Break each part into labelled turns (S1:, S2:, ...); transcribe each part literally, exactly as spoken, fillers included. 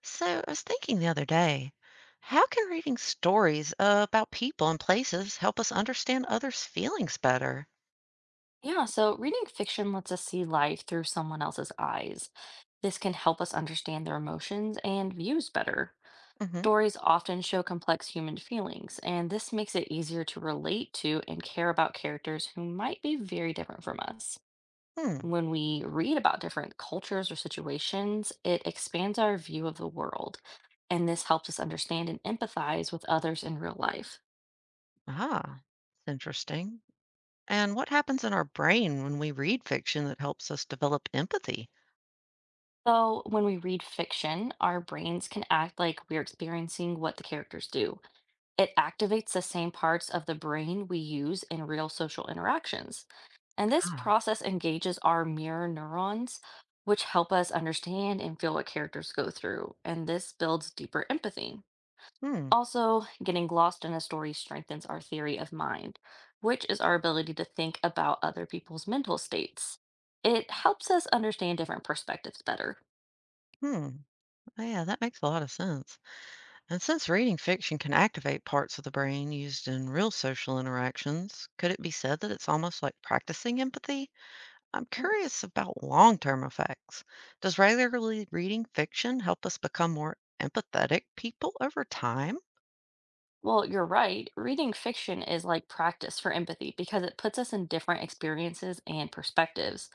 S1: So, I was thinking the other day, how can reading stories uh, about people and places help us understand others' feelings better?
S2: Yeah, so reading fiction lets us see life through someone else's eyes. This can help us understand their emotions and views better.
S1: hmm
S2: Stories often show complex human feelings, and this makes it easier to relate to and care about characters who might be very different from us.
S1: Hmm.
S2: When we read about different cultures or situations, it expands our view of the world, and this helps us understand and empathize with others in real life.
S1: Ah, it's interesting. And what happens in our brain when we read fiction that helps us develop empathy?
S2: So, when we read fiction, our brains can act like we're experiencing what the characters do. It activates the same parts of the brain we use in real social interactions. And this
S1: Ah,
S2: process engages our mirror neurons, which help us understand and feel what characters go through. And this builds deeper empathy.
S1: hmm.
S2: Also, getting lost in a story strengthens our theory of mind, which is our ability to think about other people's mental states. It helps us understand different perspectives better.
S1: Hmm. Oh, yeah, that makes a lot of sense. And since reading fiction can activate parts of the brain used in real social interactions, could it be said that it's almost like practicing empathy? I'm
S2: Mm.
S1: curious about long term effects. Does regularly reading fiction help us become more empathetic people over time?
S2: Well, you're right. Reading fiction is like practice for empathy because it puts us in different experiences and perspectives.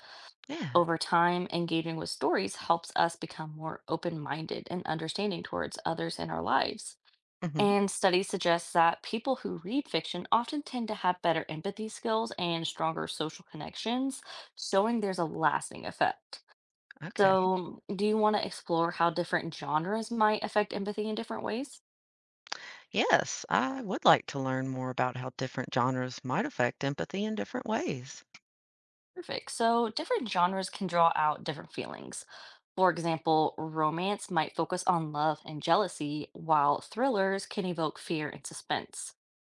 S1: Yeah.
S2: Over time, engaging with stories helps us become more open minded and understanding towards others in our lives.
S1: hmm
S2: And studies suggest that people who read fiction often tend to have better empathy skills and stronger social connections, showing there's a lasting effect.
S1: Okay.
S2: So, do you want to explore how different genres might affect empathy in different ways?
S1: Yes, I would like to learn more about how different genres might affect empathy in different ways.
S2: Perfect. So, different genres can draw out different feelings. For example, romance might focus on love and jealousy, while thrillers can evoke fear and suspense.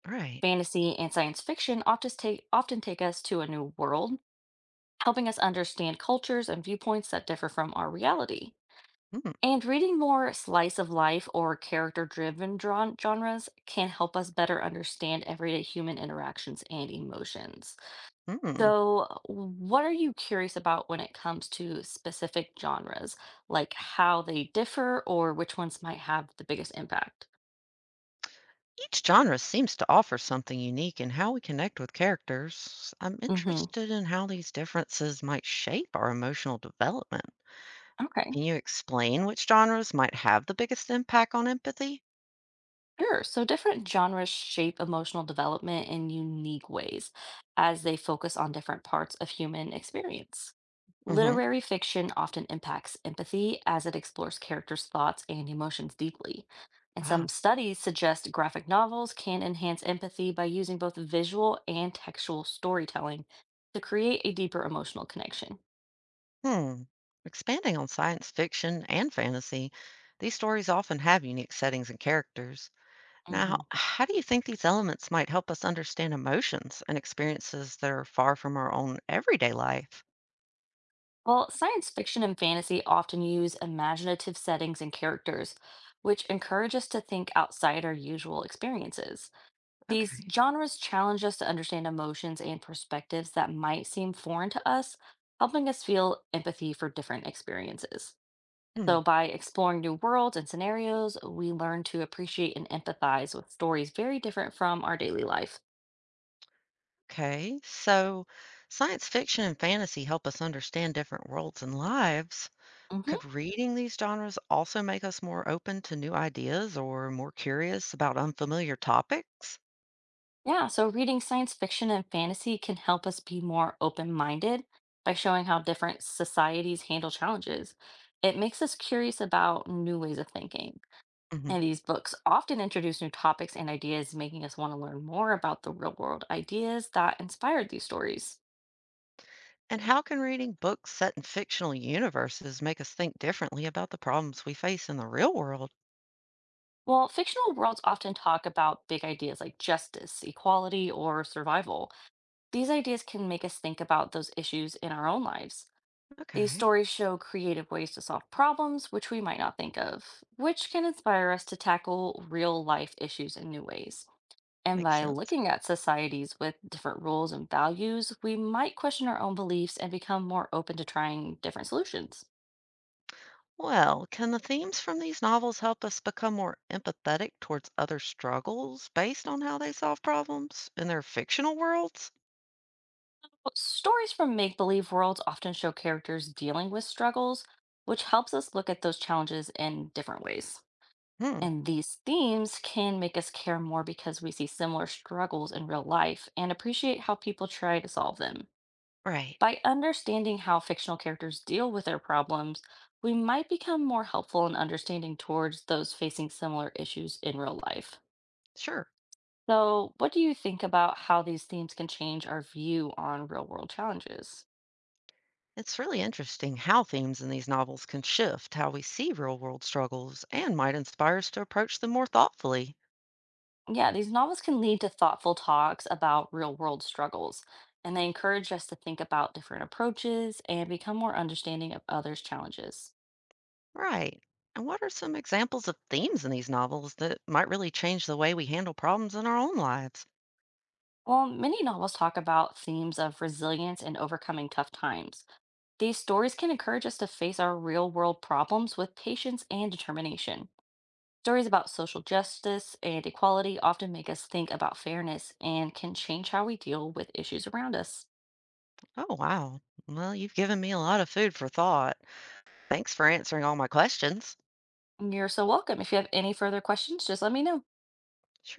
S1: Right.
S2: Fantasy and science fiction often take, often take us to a new world, helping us understand cultures and viewpoints that differ from our reality. And reading more slice of life or character driven genres can help us better understand everyday human interactions and emotions.
S1: Mm-hmm.
S2: So, what are you curious about when it comes to specific genres, like how they differ or which ones might have the biggest impact?
S1: Each genre seems to offer something unique in how we connect with characters. I'm
S2: Hmm.
S1: interested in how these differences might shape our emotional development.
S2: Okay.
S1: Can you explain which genres might have the biggest impact on empathy?
S2: Sure. So different genres shape emotional development in unique ways as they focus on different parts of human experience.
S1: hmm
S2: Literary fiction often impacts empathy as it explores characters' thoughts and emotions deeply. And
S1: Ah,
S2: some studies suggest graphic novels can enhance empathy by using both visual and textual storytelling to create a deeper emotional connection.
S1: Hmm. Expanding on science fiction and fantasy, these stories often have unique settings and characters. Now,
S2: Mhm.
S1: how do you think these elements might help us understand emotions and experiences that are far from our own everyday life?
S2: Well, science fiction and fantasy often use imaginative settings and characters, which encourage us to think outside our usual experiences. These
S1: Okay.
S2: genres challenge us to understand emotions and perspectives that might seem foreign to us, helping us feel empathy for different experiences.
S1: Hmm.
S2: So, by exploring new worlds and scenarios, we learn to appreciate and empathize with stories very different from our daily life.
S1: Okay, so science fiction and fantasy help us understand different worlds and lives.
S2: Mm-hmm.
S1: Could reading these genres also make us more open to new ideas or more curious about unfamiliar topics?
S2: Yeah, so reading science fiction and fantasy can help us be more open-minded by showing how different societies handle challenges. It makes us curious about new ways of thinking. And these books often introduce new topics and ideas, making us want to learn more about the real-world ideas that inspired these stories.
S1: And how can reading books set in fictional universes make us think differently about the problems we face in the real world?
S2: Well, fictional worlds often talk about big ideas like justice, equality, or survival. These ideas can make us think about those issues in our own lives. These
S1: Okay,
S2: stories show creative ways to solve problems which we might not think of, which can inspire us to tackle real life issues in new ways. And
S1: makes
S2: by
S1: sense.
S2: looking at societies with different rules and values, we might question our own beliefs and become more open to trying different solutions.
S1: Well, can the themes from these novels help us become more empathetic towards other struggles based on how they solve problems in their fictional worlds?
S2: Well, stories from make believe worlds often show characters dealing with struggles, which helps us look at those challenges in different ways.
S1: Hmm,
S2: And these themes can make us care more because we see similar struggles in real life and appreciate how people try to solve them.
S1: right.
S2: By understanding how fictional characters deal with their problems, we might become more helpful in understanding towards those facing similar issues in real life.
S1: Sure.
S2: So, what do you think about how these themes can change our view on real world challenges?
S1: It's really interesting how themes in these novels can shift how we see real world struggles and might inspire us to approach them more thoughtfully.
S2: Yeah, these novels can lead to thoughtful talks about real world struggles, and they encourage us to think about different approaches and become more understanding of others' challenges.
S1: Right. And what are some examples of themes in these novels that might really change the way we handle problems in our own lives?
S2: While many novels talk about themes of resilience and overcoming tough times, these stories can encourage us to face our real world problems with patience and determination. Stories about social justice and equality often make us think about fairness and can change how we deal with issues around us.
S1: Oh, wow. Well, you've given me a lot of food for thought. Thanks for answering all my questions.
S2: You're so welcome. If you have any further questions, just let me know.
S1: Sure.